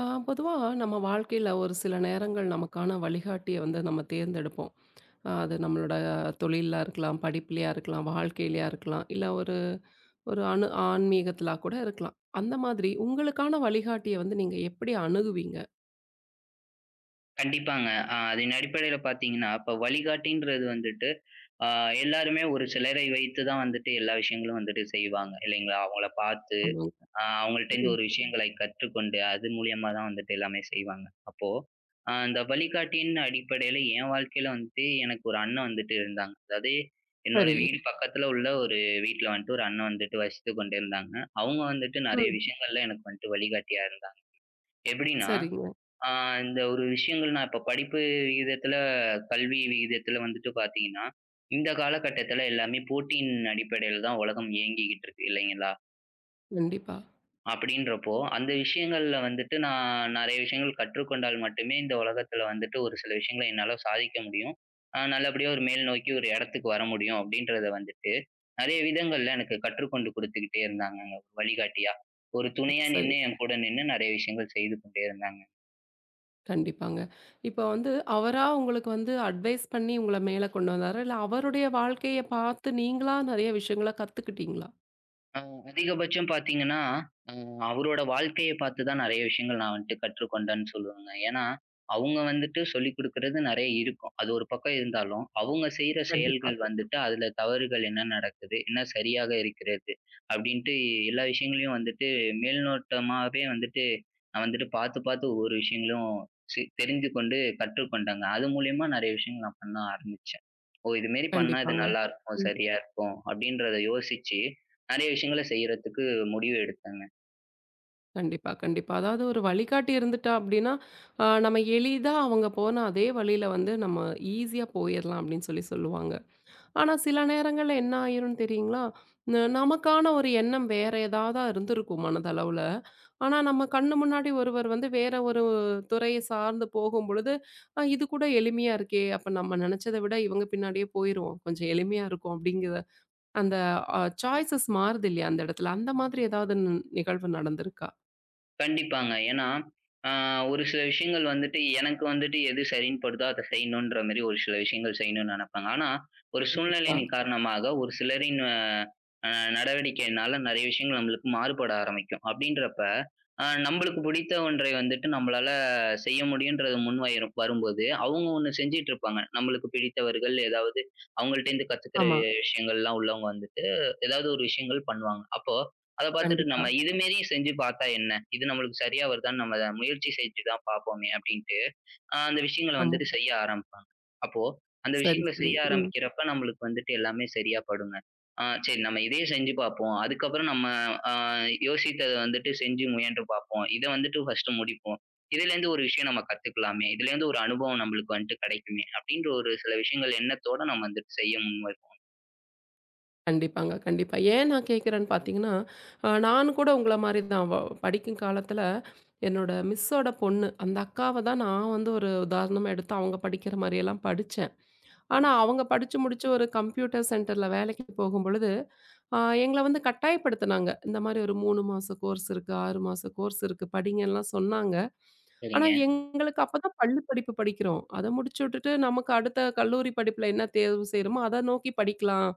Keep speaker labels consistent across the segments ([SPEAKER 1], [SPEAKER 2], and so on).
[SPEAKER 1] பொதுவாக நம்ம வாழ்க்கையில் ஒரு சில நேரங்கள் நமக்கான வழிகாட்டியை வந்து நம்ம தேர்ந்தெடுப்போம். அது நம்மளோட தொழிலாக இருக்கலாம், படிப்புலையாக இருக்கலாம், வாழ்க்கையிலையா இருக்கலாம், இல்லை ஒரு ஒரு அணு ஆன்மீகத்திலா கூட இருக்கலாம். அந்த மாதிரி உங்களுக்கான வழிகாட்டியை வந்து நீங்கள் எப்படி அணுகுவீங்க?
[SPEAKER 2] கண்டிப்பாங்க. அதன் அடிப்படையில பார்த்தீங்கன்னா, இப்ப வழிகாட்டின்றது வந்துட்டு, அ எல்லாருமே ஒரு சிலரை வைத்து தான் வந்துட்டு எல்லா விஷயங்களும் வந்துட்டு செய்வாங்க. இல்லைங்களா? அவங்கள பார்த்து,
[SPEAKER 1] ஆமாங்க.
[SPEAKER 2] அவங்கள்ட்டேருந்து
[SPEAKER 1] ம்,
[SPEAKER 2] ஒரு விஷயங்களை கற்றுக்கொண்டு, அது மூலியமா தான் வந்துட்டு எல்லாமே செய்வாங்க. அப்போ, அந்த வழிகாட்டியின் அடிப்படையில என் வாழ்க்கையில வந்துட்டு எனக்கு ஒரு அண்ணன் வந்துட்டு இருந்தாங்க. அதாவது என்னோட
[SPEAKER 1] சரி.
[SPEAKER 2] வீடு பக்கத்துல உள்ள ஒரு வீட்ல வந்துட்டு ஒரு அண்ணன் வந்துட்டு வசித்துக் கொண்டிருந்தாங்க. அவங்க வந்துட்டு நெறைய
[SPEAKER 1] ம்,
[SPEAKER 2] விஷயங்கள்ல எனக்கு வந்துட்டு வழிகாட்டியா இருந்தாங்க. எப்படின்னா
[SPEAKER 1] சரிங்க.
[SPEAKER 2] ஆ இந்த ஒரு விஷயங்கள் நான் இப்ப படிப்பு விகிதத்துல, கல்வி விகிதத்துல வந்துட்டு பார்த்தீங்கன்னா, இந்த காலகட்டத்துல எல்லாமே போட்டியின் அடிப்படையில தான் உலகம் இயங்கிக்கிட்டு இருக்கு இல்லைங்களா?
[SPEAKER 1] கண்டிப்பா.
[SPEAKER 2] அப்படின்றப்போ, அந்த விஷயங்கள்ல வந்துட்டு நான் நெறைய விஷயங்கள் கற்றுக்கொண்டால் மட்டுமே இந்த உலகத்துல வந்துட்டு ஒரு சில விஷயங்கள என்னால சாதிக்க முடியும். நல்லபடியா ஒரு மேல் நோக்கி ஒரு இடத்துக்கு வர முடியும் அப்படின்றத வந்துட்டு, நெறைய விதங்கள்ல எனக்கு கற்றுக்கொண்டு குடுத்துக்கிட்டே இருந்தாங்கங்க, ஒரு வழிகாட்டியா. ஒரு துணையா
[SPEAKER 1] சரி.
[SPEAKER 2] நின்னு என் கூட நின்னு நெறைய விஷயங்கள் செய்து கொண்டே இருந்தாங்க.
[SPEAKER 1] கண்டிப்பாங்க. இப்போ வந்து அவரா உங்களுக்கு வந்து அட்வைஸ் பண்ணி உங்களை மேலே கொண்டு வந்தாரா, இல்லை அவருடைய வாழ்க்கையை பார்த்து நீங்களா நிறைய விஷயங்களை கற்றுக்கிட்டீங்களா?
[SPEAKER 2] அ அதிகபட்சம் பார்த்தீங்கன்னா, அ அவரோட வாழ்க்கைய பார்த்து தான் நெறைய விஷயங்கள் நான் வந்துட்டு கற்றுக்கொண்டேன்னு சொல்லுவேங்க. ஏன்னா, அவங்க வந்துட்டு சொல்லிக் குடுக்குறது நெறைய இருக்கும். அது ஒரு பக்கம் இருந்தாலும், அவங்க செய்ற
[SPEAKER 1] கண்டிப்பா.
[SPEAKER 2] செயல்கள் வந்துட்டு அதுல தவறுகள் என்ன நடக்குது? என்ன சரியாக இருக்கிறது? அப்டின்ட்டு எல்லா விஷயங்களையும் வந்துட்டு மேல்நோட்டமாவே வந்துட்டு நான் வந்துட்டு பார்த்து, பார்த்து ஒவ்வொரு விஷயங்களும் தெரிந்து கொண்டு கற்றுக்கொண்டேங்க. அது மூலியமா நெறைய விஷயங்கள் நான் பண்ண ஆரம்பிச்சேன். ஓ! இதுமாரி பண்ணா இது
[SPEAKER 1] கண்டிப்பாங்க.
[SPEAKER 2] நல்லாருக்கும்,
[SPEAKER 1] ம்.
[SPEAKER 2] சரியா இருக்கும் அப்டின்றத யோசிச்சு நெறைய விஷயங்கள செய்யறதுக்கு முடிவு எடுத்தேங்க.
[SPEAKER 1] கண்டிப்பா, கண்டிப்பா. அதாவது ஒரு வழிகாட்டி இருந்துட்டா அப்டின்னா, நம்ம எளிதா அவங்க போன அதே வழியில வந்து நம்ம ஈஸியா போயிரலாம் அப்டின்னு சொல்லி சொல்லுவாங்க. ஆனா சில நேரங்கள்ல என்ன ஆயிரும்னு தெரியுங்களா? நமக்கான ஒரு எண்ணம் வேற ஏதாவதா இருந்திருக்கும் மனதளவுல. ஆனா நம்ம கண்ணு முன்னாடி ஒருவர் வந்து வேற ஒரு துறைய சார்ந்து போகும்பொழுது, இது கூட எளிமையா இருக்கே! அப்ப நம்ம நெனச்சத விட இவங்க பின்னாடியே போயிருவோம், கொஞ்சம் எளிமையா இருக்கும் அப்டிங்கிற அந்த சாய்ஸஸ் மாறுது இல்லையா அந்த இடத்துல. அந்த மாதிரி ஏதாவது நிகழ்வு நடந்திருக்கா?
[SPEAKER 2] கண்டிப்பாங்க. ஏன்னா, ஆ ஒரு சில விஷயங்கள் வந்துட்டு எனக்கு வந்துட்டு எது சரின்னு படுதோ அத செய்யணுன்ற மாரி ஒரு சில விஷயங்கள் செய்யணும்னு நெனப்பேங்க. ஆனா, ஒரு
[SPEAKER 1] கண்டிப்பா.
[SPEAKER 2] சூழ்நிலையின் காரணமாக ஒரு சிலரின் அ அ நடவடிக்கையினால நெறைய விஷயங்கள் நம்மளுக்கு மாறுபட ஆரம்பிக்கும். அப்படின்றப்ப, நம்பளுக்கு பிடித்த ஒன்றை வந்துட்டு நம்மளால செய்ய முடியுன்றது முன் வயிறு வரும்போது, அவங்க ஒண்ணு செஞ்சுட்டு இருப்பாங்க. நம்மளுக்கு பிடித்தவர்கள் ஏதாவது அவங்கள்ட்டேருந்து கத்துக்கிற
[SPEAKER 1] ஆமா.
[SPEAKER 2] விஷயங்கள்லாம் உள்ளவங்க வந்துட்டு ஏதாவது ஒரு விஷயங்கள் பண்ணுவாங்க. அப்போ அத பாத்துட்டு
[SPEAKER 1] கண்டிப்பா.
[SPEAKER 2] நம்ம இது மாரி செஞ்சு பாத்தா என்ன? இது நம்மளுக்கு சரியா வருதான்னு நம்ம அதை முயற்சி செஞ்சு தான் பாப்போமே அப்டின்ட்டு, அந்த விஷயங்கள
[SPEAKER 1] ஆமா.
[SPEAKER 2] வந்துட்டு செய்ய ஆரம்பிப்பாங்க. அப்போ அந்த
[SPEAKER 1] சரி,
[SPEAKER 2] விஷயங்கள
[SPEAKER 1] சரி.
[SPEAKER 2] செய்ய
[SPEAKER 1] ம்.
[SPEAKER 2] ஆரம்பிக்கிறப்ப நம்மளுக்கு வந்துட்டு எல்லாமே சரியா படுங்க. சரி நம்ம இதையே செஞ்சு பாப்போம். அதுக்கப்புறம் நம்ம அ யோசித்தத வந்துட்டு செஞ்சு முயன்று பாப்போம். இத வந்துட்டு ஃபர்ஸ்ட்டு முடிப்போம். இதுலேருந்து ஒரு விஷயம் நம்ம கத்துக்கலாமே! இதுலேருந்து ஒரு அனுபவம் நம்மளுக்கு வந்துட்டு கெடைக்குமே! அப்டின்ற ஒரு சில விஷயங்கள் எண்ணத்தோட நம்ம வந்துட்டு செய்ய முன்வைப்போம்.
[SPEAKER 1] கண்டிப்பாங்க, கண்டிப்பா. ஏன் நான் கேட்கிறேன்னு பார்த்தீங்கன்னா, நானும் கூட உங்கள மாரி தான் படிக்கும் காலத்துல என்னோட மிஸ்ஸோட பொண்ணு, அந்த அக்காவ தான் நான் வந்து ஒரு உதாரணமா எடுத்து அவங்க படிக்கிற மாரியெல்லாம் படிச்சேன். ஆனா,
[SPEAKER 2] ம்.
[SPEAKER 1] அவங்க படிச்சு முடிச்சு ஒரு கம்ப்யூட்டர் சென்டர்ல வேலைக்கு போகும்பொழுது, எங்கள வந்து கட்டாயப்படுத்துனாங்க. இந்த மாரி ஒரு 3 மாச கோர்ஸ் இருக்கு, 6 மாச கோர்ஸ் இருக்கு, படிங்கன்லாம் சொன்னாங்க. ஆனா,
[SPEAKER 2] சரிங்க.
[SPEAKER 1] எங்களுக்கு அப்ப தான் பள்ளி படிப்பு படிக்கிறோம். அத முடிச்சு விட்டுட்டு நமக்கு அடுத்த கல்லூரி படிப்புல என்ன தேர்வு செய்றோமோ, அத நோக்கி படிக்கலாம்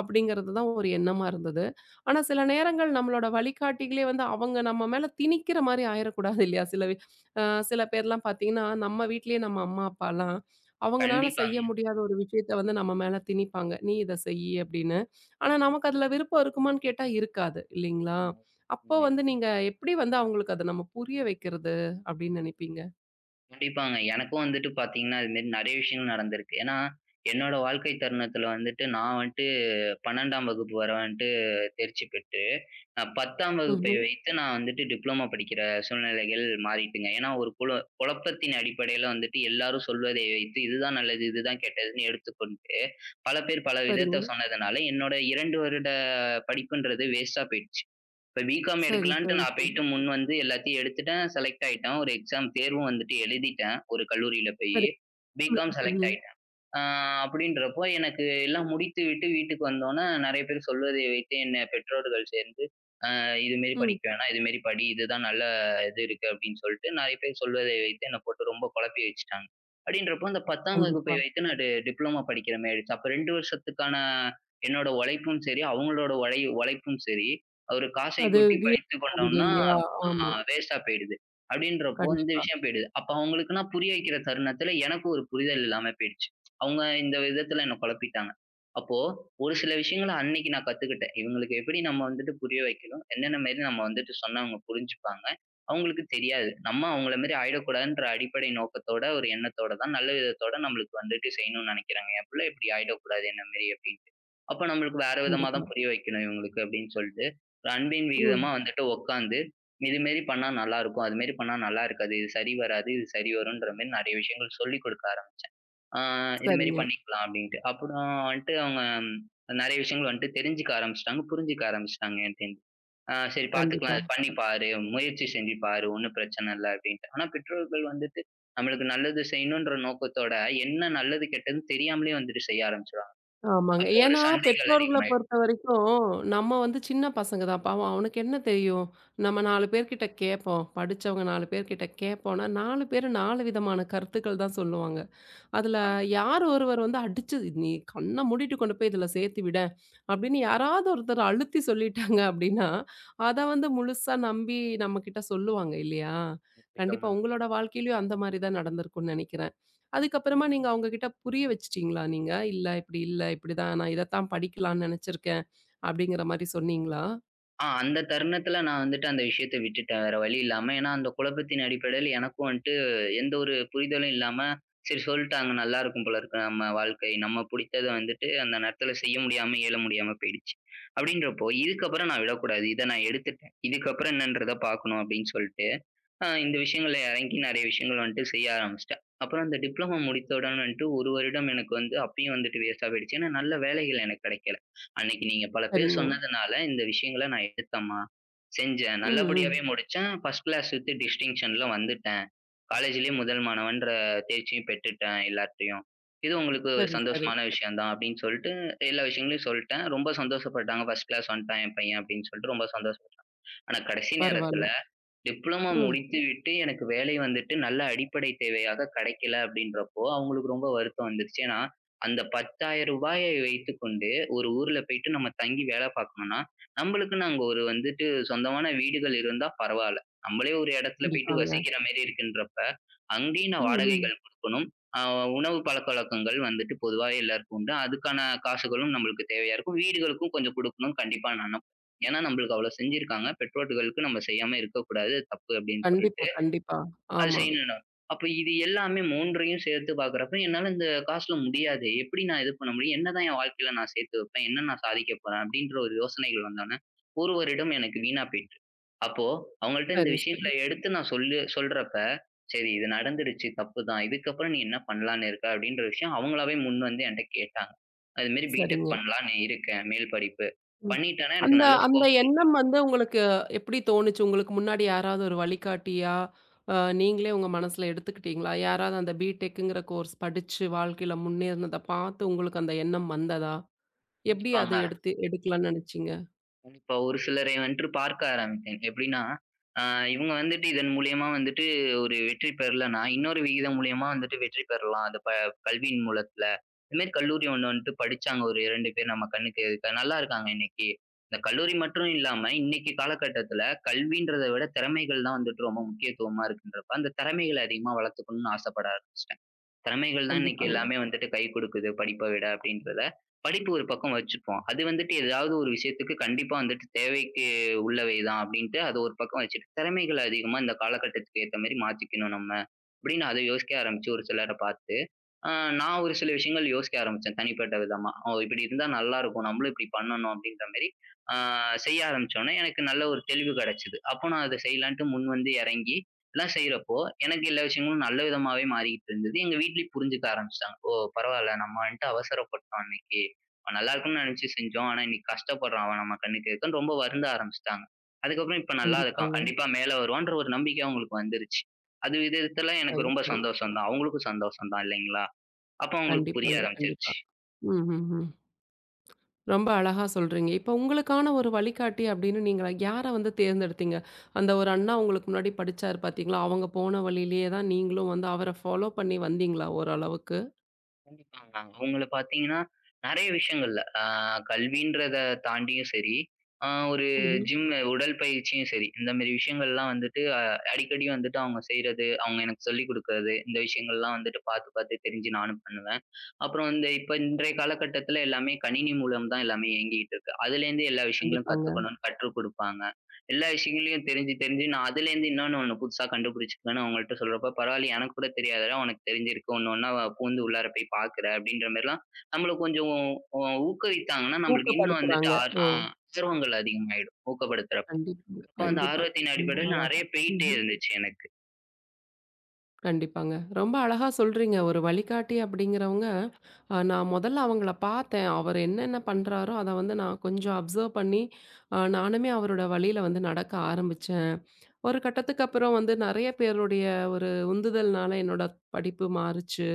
[SPEAKER 1] அப்படிங்கிறது தான் ஒரு எண்ணமா இருந்தது. ஆனா, சில நேரங்கள் நம்மளோட வழிகாட்டிகளே வந்து அவங்க நம்ம மேல திணிக்கிற மாரி ஆயிரக்கூடாது இல்லையா? சில வி அ சில பேர்லாம் பார்த்தீங்கன்னா, நம்ம வீட்லயே நம்ம அம்மா, அப்பாலாம் அவங்கனால செய்ய
[SPEAKER 2] கண்டிப்பாங்க.
[SPEAKER 1] முடியாத ஒரு விஷயத்த வந்து நம்ம மேல திணிப்பாங்க. "நீ இத செய்யி" அப்படின்னு. ஆனா நமக்கு அதுல விருப்பம் இருக்குமான்னு கேட்டா இருக்காது இல்லைங்களா?
[SPEAKER 2] உண்மை
[SPEAKER 1] அப்போ வந்து
[SPEAKER 2] உண்மைதான்.
[SPEAKER 1] நீங்க எப்படி வந்து அவங்களுக்கு அத நம்ம புரிய வைக்கிறது அப்படின்னு நினைப்பீங்க?
[SPEAKER 2] கண்டிப்பாங்க. எனக்கும் வந்துட்டு பார்த்தீங்கன்னா, இது மாரி நெறைய விஷயங்கள் நடந்திருக்கு. ஏன்னா, என்னோட வாழ்க்கை தருணத்தில வந்துட்டு நான் வந்துட்டு 12ஆம் வகுப்பு வர வந்துட்டு தேர்ச்சி பெற்று 10ஆம் வகுப்பை
[SPEAKER 1] ம்ஹ்ம்.
[SPEAKER 2] வைத்து நான் வந்துட்டு டிப்ளோமா படிக்கிற சூழ்நிலைகள் மாறிட்டுங்க. ஏன்னா, ஒரு குழப்பத்தின் அடிப்படையில வந்துட்டு எல்லாரும் சொல்வதை வைத்து இதுதான் நல்லது, இதுதான் கெட்டதுன்னு எடுத்துக்கொண்டு, பல பேர் பல
[SPEAKER 1] சரிங்க.
[SPEAKER 2] விதத்த சொன்னதுனால என்னோட 2 வருட படிப்புன்றது வேஸ்ட்டா போயிடுச்சு. இப்ப பிகாம்
[SPEAKER 1] சரி,
[SPEAKER 2] எடுக்கலான்ட்டு
[SPEAKER 1] சரி,
[SPEAKER 2] நான்
[SPEAKER 1] சரி.
[SPEAKER 2] போயிட்டு முன் வந்து எல்லாத்தையும் எடுத்துட்டேன். செலக்ட் ஆயிட்டேன். ஒரு எக்ஸாம் தேர்வும் வந்துட்டு எழுதிட்டேன். ஒரு கல்லூரியில போயி.
[SPEAKER 1] சரி. ம்,
[SPEAKER 2] பிகாம்
[SPEAKER 1] ம்,
[SPEAKER 2] செலக்ட்
[SPEAKER 1] ம்.
[SPEAKER 2] ஆயிட்டேன். ஆ அப்படின்றப்போ எனக்கு எல்லாம் முடித்துவிட்டு வீட்டுக்கு வந்தோனே, நெறைய பேர் சொல்வதை வைத்து என்ன பெற்றோர்கள் சேர்ந்து அ இதுமாரி
[SPEAKER 1] ம்,
[SPEAKER 2] படிக்க வேணாம். இதுமாரி படி. இதுதான் நல்ல இது இருக்கு அப்படின்னு சொல்லிட்டு நெறைய பேர் சொல்வதை வைத்து என்ன போட்டு ரொம்ப குழப்பி வச்சுட்டாங்க. அப்படின்றப்போ அந்த 10ஆம் வகுப்பை
[SPEAKER 1] கண்டிப்பா.
[SPEAKER 2] வைத்து நான் டிப்ளமோ படிக்கிற மாரி ஆயிடுச்சு. அப்ப 2 வருஷத்துக்கான என்னோட உழைப்பும் சரி, அவங்களோட உழைப்பும் சரி, ஒரு காசை
[SPEAKER 1] அது
[SPEAKER 2] கொட்டி
[SPEAKER 1] வீண்
[SPEAKER 2] படித்துக்
[SPEAKER 1] போகுது
[SPEAKER 2] கொண்டோம்னா,
[SPEAKER 1] இல்லையா? ஆமா.
[SPEAKER 2] வேஸ்ட்டா போயிடுது. அப்படின்றப்போ இந்த
[SPEAKER 1] கண்டிப்பா,
[SPEAKER 2] விஷயம் போயிடுது. அப்ப அவங்களுக்கு நான் புரிய வைக்கிற தருணத்தில எனக்கும் ஒரு புரிதல் இல்லாம போயிடுச்சு. அவங்க இந்த விதத்தில என்ன குழப்பிட்டாங்க. அப்போ ஒரு சில விஷயங்கள அன்னைக்கு நான் கத்துக்கிட்டேன். இவங்களுக்கு எப்படி நம்ம வந்துட்டு புரிய வைக்கணும், என்னென்ன மாரி நம்ம வந்துட்டு சொன்னா அவங்க புரிஞ்சுப்பாங்க. அவங்களுக்கு தெரியாது. நம்ம அவங்கள மாரி ஆயிடக்கூடாதுன்ற அடிப்படை நோக்கத்தோட, ஒரு எண்ணத்தோட தான் நல்ல விதத்தோட நம்மளுக்கு வந்துட்டு செய்யணும்னு நெனைக்கிறாங்க. என் பிள்ளை இப்படி ஆயிடக்கூடாது என்ன மாரி அப்டின்ட்டு. அப்ப நம்மளுக்கு வேற விதமா
[SPEAKER 1] கண்டிப்பா.
[SPEAKER 2] தான் புரிய வைக்கணும் இவங்களுக்கு அப்படின்னு சொல்ட்டு, ஒரு அன்பின்
[SPEAKER 1] ம்.
[SPEAKER 2] விகிதமா வந்துட்டு உட்காந்து, இது மாரி பண்ணா நல்லாருக்கும். அது மாரி பண்ணா நல்லா இருக்காது. இது சரி வராது. இது சரி வரும்ன்ற மாரி நெறைய விஷயங்கள் சொல்லிக் குடுக்க ஆரம்பிச்சேன். ஆ இது மாரி
[SPEAKER 1] சரிங்க.
[SPEAKER 2] பண்ணிக்கலாம் அப்படின்ட்டு. அப்புறம் வந்துட்டு அவங்க நெறைய விஷயங்கள் வந்துட்டு தெரிஞ்சுக்க ஆரம்பிச்சுட்டாங்க, புரிஞ்சுக்க ஆரம்பிச்சுட்டாங்க என்ட்டேருந்து. சரி பாத்துக்கலாம்.
[SPEAKER 1] கண்டிப்பா.
[SPEAKER 2] இது பண்ணி பாரு, முயற்சி செஞ்சு பாரு, ஒண்ணும் பிரச்சனை இல்ல அப்படின்ட்டு. ஆனா பெற்றோர்கள் வந்துட்டு நம்மளுக்கு நல்லது செய்யணுன்ற நோக்கத்தோட, என்ன நல்லது கெட்டதுன்னு தெரியாமலே வந்துட்டு செய்ய ஆரம்பிச்சுருவாங்க.
[SPEAKER 1] ஆமாங்க.
[SPEAKER 2] அப்போ ஒரு
[SPEAKER 1] ஏன்னா,
[SPEAKER 2] சண்டைகள்
[SPEAKER 1] பெற்றோர்கள
[SPEAKER 2] அதிகமாயிடும்.
[SPEAKER 1] பொறுத்தவரைக்கும், நம்ம வந்து சின்ன பசங்க தான் பாவம். அவனுக்கு என்ன தெரியும்? நம்ம 4
[SPEAKER 2] கண்டிப்பா.
[SPEAKER 1] பேர்கிட்ட கேட்போம். படிச்சவங்க 4 பேர்கிட்ட கேட்போம்னா, 4 பேரும் 4 விதமான கருத்துக்கள் தான் சொல்லுவாங்க. அதுல யார் ஒருவர் வந்து அடிச்சு "நீ கண்ண மூடிட்டு கொண்டு போய் இதுல சேர்த்து விடேன்" அப்படின்னு யாராவது ஒருத்தர் அழுத்தி சொல்லிட்டாங்க அப்படின்னா, அத வந்து முழுசா நம்பி நம்மகிட்ட சொல்லுவாங்க இல்லையா? கண்டிப்பா
[SPEAKER 2] வாங்க.
[SPEAKER 1] உங்களோட வாழ்க்கையிலயும் அந்த மாரி தான் நடந்திருக்கும்னு நெனைக்கிறேன். அதுக்கப்புறமா நீங்க அவங்க கிட்ட புரிய வச்சுட்டீங்களா நீங்க? "இல்ல இப்படி இல்ல, இப்படிதான் நான் இதத்தான் படிக்கலாம்னு நெனச்சிருக்கேன்" அப்படிங்கிற மாரி சொன்னீங்களா?
[SPEAKER 2] அந்த தருணத்துல நான் வந்துட்டு அந்த விஷயத்த விட்டுட்டேன். வேற வழி இல்லாம. ஏன்னா, அந்த குழப்பத்தின் அடிப்படையில எனக்கும் வந்துட்டு எந்த ஒரு புரிதலும் இல்லாம, சரி சொல்ட்டாங்க நல்லா இருக்கும் போல இருக்கு நம்ம வாழ்க்கை. நம்ம புடிச்சத வந்துட்டு அந்த நேரத்துல செய்ய முடியாம, இயல முடியாம போயிடுச்சு. அப்படின்றப்போ, இதுக்கப்புறம் நான் விடக்கூடாது. இத நான் எடுத்துட்டேன். இதுக்கப்புறம் என்னன்றத பார்க்கணும் அப்படின்னு சொல்ட்டு இந்த விஷயங்கள்ல இறங்கி நெறைய விஷயங்கள் வந்துட்டு செய்ய ஆரம்பிச்சுட்டேன். அப்புறம் அந்த டிப்ளமோ முடித்தவுடன் வந்துட்டு 1 வருடம் எனக்கு வந்து அப்பயும் வந்துட்டு வேஸ்ட்டா போயிடுச்சு. ஏன்னா, நல்ல வேலைகள் எனக்கு கிடைக்கல. அன்னைக்கு நீங்க பல பேர்
[SPEAKER 1] சரிங்க.
[SPEAKER 2] சொன்னதுனால இந்த விஷயங்கள நான் எடுத்தேம்மா, செஞ்சேன்.
[SPEAKER 1] ம், ம்.
[SPEAKER 2] நல்லபடியாவே முடிச்சேன். ஃபர்ஸ்ட் கிளாஸ் வித் டிஸ்டிங்ஷன்ல வந்துட்டேன். காலேஜ்லயே முதல் மாணவன்ற தேர்ச்சியும் பெற்றுட்டேன் எல்லார்ட்டயும். இது உங்களுக்கு ஒரு
[SPEAKER 1] சரி, சரி.
[SPEAKER 2] சந்தோஷமான விஷயம் தான் அப்படின்னு சொல்லிட்டு எல்லா விஷயங்களையும் சொல்ட்டேன். ரொம்ப சந்தோஷப்பட்டாங்க. ஃபர்ஸ்ட் கிளாஸ் வந்துட்டான் என் பையன் அப்படின்னு சொல்லிட்டு ரொம்ப சந்தோஷம். ஆனா கடைசி
[SPEAKER 1] பரவால்ல.
[SPEAKER 2] நேரத்துல டிப்ளமோ
[SPEAKER 1] ம்.
[SPEAKER 2] முடித்துவிட்டு எனக்கு வேலை வந்துட்டு நல்ல அடிப்படை தேவையாக கிடைக்கல அப்படின்றப்போ, அவங்களுக்கு ரொம்ப வருத்தம் வந்துருச்சு. ஏன்னா, அந்த ரூ. 10,000 வைத்துக்கொண்டு ஒரு ஊர்ல போயிட்டு நம்ம தங்கி வேலை பார்க்கணும்னா, நம்மளுக்குன்னு அங்க ஒரு வந்துட்டு சொந்தமான வீடுகள் இருந்தா பரவால்ல. நம்மளே ஒரு இடத்துல போயிட்டு
[SPEAKER 1] கண்டிப்பாங்க.
[SPEAKER 2] வசிக்கிற மாரி இருக்குன்றப்ப, அங்கேயும்
[SPEAKER 1] ம்,
[SPEAKER 2] நான்
[SPEAKER 1] ம்.
[SPEAKER 2] வாடகைகள் குடுக்கணும். அ உணவு பழக்கவழக்கங்கள் வந்துட்டு பொதுவாவே எல்லாருக்கும் உண்டு. அதுக்கான காசுகளும் நம்மளுக்கு தேவையா இருக்கும். வீடுகளுக்கும் கொஞ்சம் குடுக்கணும் கண்டிப்பா நான் ஏன்னா நம்மளுக்கு அவ்வளோ செஞ்சிருக்காங்க. பெற்றோர்களுக்கு நம்ம செய்யாம இருக்கக்கூடாது. தப்பு அப்படின்னு
[SPEAKER 1] கண்டிப்பா,
[SPEAKER 2] சொல்லிட்டு,
[SPEAKER 1] கண்டிப்பா.
[SPEAKER 2] அது
[SPEAKER 1] ஆமா.
[SPEAKER 2] செய்யணும்னாங்க. அப்ப இது எல்லாமே 3யும் சேர்த்து பார்க்குறப்ப, என்னால இந்த காசுல முடியாது. எப்படி நான் இது பண்ண முடியும்? என்னதான் என் வாழ்க்கையில நான் சேர்த்து வைப்பேன்? என்ன நான் சாதிக்க போறேன்? அப்படின்ற ஒரு யோசனைகள் வந்தோனே, ஒரு வருடம் எனக்கு வீணா போயிட்டு. அப்போ அவங்கள்ட்ட இந்த
[SPEAKER 1] சரி, சரி.
[SPEAKER 2] விஷயங்கள எடுத்து நான் சொல்றப்ப, "சரி இது நடந்துருச்சு. தப்புதான். இதுக்கப்புறம் நீ என்ன பண்ணலான்னு இருக்க?" அப்படின்ற விஷயம் அவங்களாவே முன் வந்து என்ட்ட கேட்டாங்க. அதுமாரி பிடெக்
[SPEAKER 1] சரிங்க.
[SPEAKER 2] பண்ணலான்னு இருக்கேன். மேல் படிப்பு.
[SPEAKER 1] ம்.
[SPEAKER 2] பண்ணிட்டேன்னா எனக்கு
[SPEAKER 1] அந்த
[SPEAKER 2] நல்ல
[SPEAKER 1] அந்த
[SPEAKER 2] ஸ்கோப்
[SPEAKER 1] எண்ணம் வந்து உங்களுக்கு எப்படி தோணுச்சு? உங்களுக்கு முன்னாடி யாராவது ஒரு வழிகாட்டியா, நீங்களே உங்க மனசுல எடுத்துக்கிட்டீங்களா? யாராவது அந்த பிடெக்குங்கிற கோர்ஸ் படிச்சு வாழ்க்கையில முன்னேறுனத பார்த்து உங்களுக்கு அந்த எண்ணம் வந்ததா? எப்படி அத
[SPEAKER 2] கண்டிப்பாங்க.
[SPEAKER 1] எடுத்து எடுக்கலாம்னு நெனச்சீங்க?
[SPEAKER 2] இப்போ ஒரு சிலரை வந்துட்டு பார்க்க ஆரம்பித்தேன். எப்படின்னா, அ இவங்க வந்துட்டு இதன் மூலியமா வந்துட்டு ஒரு வெற்றி பெறலன்னா, இன்னொரு விகிதம் மூலியமா வந்துட்டு வெற்றி பெறலாம். அந்த கல்வியின் மூலத்துல. இந்த மாரி கல்லூரி ஒண்ணு வந்துட்டு படிச்சாங்க ஒரு 2 பேர் நம்ம கண்ணுக்கு நல்லா இருக்காங்க இன்னைக்கு. இந்த கல்லூரி மட்டும் இல்லாம, இன்னைக்கு காலகட்டத்துல கல்வின்றத விட திறமைகள் தான் வந்துட்டு ரொம்ப முக்கியத்துவமா இருக்குன்றப்ப, அந்த திறமைகள அதிகமா வளர்த்துக்கணும்னு ஆசைப்பட ஆரம்பிச்சுட்டேன். திறமைகள் தான் இன்னைக்கு
[SPEAKER 1] கண்டிப்பாங்க,
[SPEAKER 2] எல்லாமே வந்துட்டு கை கொடுக்குது படிப்ப விட அப்படின்றத, படிப்பு ஒரு பக்கம் வச்சுப்போம். அது வந்துட்டு ஏதாவது ஒரு விஷயத்துக்கு கண்டிப்பா வந்துட்டு தேவைக்கு உள்ளவை தான் அப்படின்ட்டு அத ஒரு பக்கம் வச்சுட்டு, திறமைகள் அதிகமா இந்த காலகட்டத்துக்கு ஏத்த மாரி மாத்திக்கணும் நம்ம. அப்படின்னு அத யோசிக்க ஆரம்பிச்சு ஒரு சிலர பார்த்து ஆ நான் ஒரு சில விஷயங்கள் யோசிக்க ஆரம்பிச்சேன் தனிப்பட்ட விதமா. "ஓ! இப்படி இருந்தா நல்லாருக்கும். நம்மளும் இப்படி பண்ணணும்." அப்படின்ற மாரி ஆ செய்ய ஆரம்பிச்சோனே, எனக்கு நல்ல ஒரு தெளிவு கிடைச்சது. அப்போ நான் அத செய்யலான்ட்டு முன் வந்து இறங்கி, எல்லாம் செய்றப்போ, எனக்கு எல்லா விஷயங்களும் நல்ல விதமாவே மாறிக்கிட்டு இருந்தது. எங்க வீட்லயும் புரிஞ்சுக்க ஆரம்பிச்சுட்டாங்க. "ஓ! பரவால்ல நம்ம வந்துட்டு அவசரப்பட்டோம் அன்னைக்கு. அவன் நல்லாருக்கும்னு நெனச்சு செஞ்சோம். ஆனா இன்னைக்கு கஷ்டப்படுறான் அவன் நம்ம கண்ணுக்கு எதுக்குன்னு" ரொம்ப வருந்த ஆரம்பிச்சுட்டாங்க. அதுக்கப்புறம் இப்ப நல்லா இருக்கான்.
[SPEAKER 1] கண்டிப்பாங்க.
[SPEAKER 2] கண்டிப்பா மேல வருவான்ற ஒரு நம்பிக்கை அவங்களுக்கு வந்துருச்சு. அது விதத்துல எனக்கு
[SPEAKER 1] சரி,
[SPEAKER 2] ரொம்ப
[SPEAKER 1] சரி.
[SPEAKER 2] சந்தோஷம் தான். அவங்களுக்கும் சந்தோஷம் தான் இல்லைங்களா? அப்ப அவங்களுக்கு புரிய
[SPEAKER 1] கண்டிப்பாங்க, கண்டிப்பா.
[SPEAKER 2] ஆரம்பிச்சிருச்சு.
[SPEAKER 1] ம், ம், ம். ரொம்ப அழகா சொல்றீங்க. இப்ப உங்களுக்கான ஒரு வழிகாட்டி அப்படின்னு நீங்க யார வந்து தேர்ந்தெடுத்தீங்க? அந்த ஒரு அண்ணா உங்களுக்கு முன்னாடி படிச்சாரு, பார்த்தீங்களா? அவங்க போன வழியிலேயே தான் நீங்களும் வந்து அவர ஃபாலோ பண்ணி வந்தீங்களா ஓரளவுக்கு?
[SPEAKER 2] கண்டிப்பாங்க. அவங்கள பார்த்தீங்கன்னா, நெறைய விஷயங்கள்ல கல்வின்றத தாண்டியும் சரி, ஒரு
[SPEAKER 1] ம்ஹ்ம்.
[SPEAKER 2] ஜிம் உடல்பயிற்சியும் சரி, இந்த மாரி விஷயங்கள்லாம் வந்துட்டு அடிக்கடி வந்துட்டு அவங்க செய்றது, அவங்க எனக்கு சொல்லிக் குடுக்கறது, இந்த விஷயங்கள்லாம் வந்துட்டு பார்த்து, பார்த்து தெரிஞ்சு நானும் பண்ணுவேன். அப்புறம் இந்த இப்ப இன்றைய காலகட்டத்தில எல்லாமே கணினி மூலம் தான் எல்லாமே இயங்கிட்டு இருக்கு. அதுலேருந்து எல்லா விஷயங்களும்
[SPEAKER 1] கண்டிப்பாங்க.
[SPEAKER 2] கத்துக்கணும்னு கற்றுக் குடுப்பாங்க. எல்லா விஷயங்களையும் தெரிஞ்சு, தெரிஞ்சு நான் அதுலேருந்து இன்னொன்னு ஒண்ணு புதுசா கண்டுபிடிச்சுக்குவேன்னு அவங்கள்ட்ட சொல்றப்ப, "பரவாயில்லையே எனக்கு கூட தெரியாதுடா! உனக்கு தெரிஞ்சிருக்கு. ஒண்ணு ஒண்ணா பூந்து உள்ளார போய் பார்க்குற" அப்படின்ற மாரிலாம் நம்மள கொஞ்சம் ஊ ஊக்குவித்தாங்கன்னா, நம்மளுக்கு இன்னும் வந்துட்டு
[SPEAKER 1] ஊக்கப்படுத்துறாங்க. ஓ!
[SPEAKER 2] ஆர்வங்கள் அதிகமாயிடும், ஊக்கப்படுத்துறப்ப.
[SPEAKER 1] கண்டிப்பாங்க.
[SPEAKER 2] அப்ப அந்த
[SPEAKER 1] கண்டிப்பா.
[SPEAKER 2] ஆர்வத்தின்
[SPEAKER 1] ரொம்ப
[SPEAKER 2] அடிப்படையில
[SPEAKER 1] அழகா.
[SPEAKER 2] நெறைய போயிட்டே
[SPEAKER 1] ம்ஹ்ம்.
[SPEAKER 2] இருந்துச்சு எனக்கு.
[SPEAKER 1] கண்டிப்பாங்க. ரொம்ப அழகா சொல்றீங்க. ஒரு வழிகாட்டி அப்படிங்கிறவங்க, நான் முதல்ல அவங்கள பார்த்தேன். அவர் என்னென்ன பண்றாரோ, அத வந்து நான் கொஞ்சம் அப்சர்வ் பண்ணி, நானுமே அவரோட வழியில வந்து நடக்க ஆரம்பிச்சேன். ஒரு கட்டத்துக்கு அப்புறம் வந்து நெறைய பேருடைய ஒரு உந்துதல்னால என்னோட படிப்பு மாறுச்சு.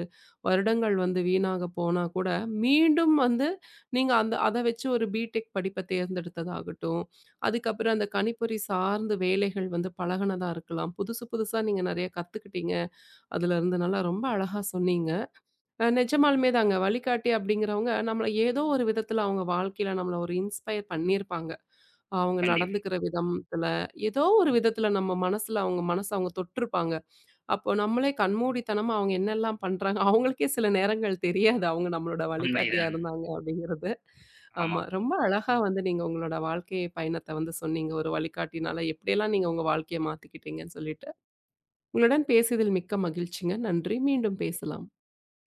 [SPEAKER 1] வருடங்கள் வந்து வீணாக போனா கூட, மீண்டும் வந்து நீங்க அந்த அத வச்சு ஒரு பிடெக் படிப்ப தேர்ந்தெடுத்ததாகட்டும், அதுக்கப்புறம் அந்த கணிப்பொறி சார்ந்த வேலைகள் வந்து பழகுனதா இருக்கலாம். புதுசு புதுசா நீங்க நெறைய கத்துக்கிட்டீங்க. அதுலருந்து நல்லா ரொம்ப அழகா சொன்னீங்க. நிஜமாலுமே தாங்க. வழிகாட்டி அப்படிங்கிறவங்க, நம்மள ஏதோ ஒரு விதத்தில அவங்க வாழ்க்கையில நம்மள ஒரு இன்ஸ்பயர் பண்ணியிருப்பாங்க. அவங்க
[SPEAKER 2] கண்டிப்பா.
[SPEAKER 1] நடந்துக்கிற விதத்துல, ஏதோ ஒரு விதத்துல நம்ம மனசுல அவங்க மனச அவங்க தொட்டிருப்பாங்க. அப்போ நம்மளே கண்மூடித்தனமா அவங்க என்னெல்லாம் பண்றாங்க, அவங்களுக்கே சில நேரங்கள் தெரியாது அவங்க நம்மளோட வழிகாட்டியா
[SPEAKER 2] உண்மைதாங்க.
[SPEAKER 1] இருந்தாங்க அப்படிங்கிறது.
[SPEAKER 2] ஆமா.
[SPEAKER 1] ஆமா. ரொம்ப அழகா வந்து நீங்க உங்களோட வாழ்க்கை பயணத்த வந்து சொன்னீங்க, ஒரு வழிகாட்டினால எப்படியெல்லாம் நீங்க உங்க வாழ்க்கைய மாத்திக்கிட்டீங்கன்னு சொல்லிட்டு. உங்களுடன் பேசியதில் மிக்க மகிழ்ச்சிங்க. நன்றி. மீண்டும் பேசலாம்.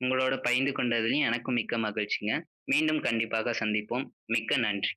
[SPEAKER 2] உங்களோட பகிர்ந்து கொண்டதிலும் எனக்கும் மிக்க மகிழ்ச்சிங்க. மீண்டும் கண்டிப்பாக சந்திப்போம். மிக்க நன்றி.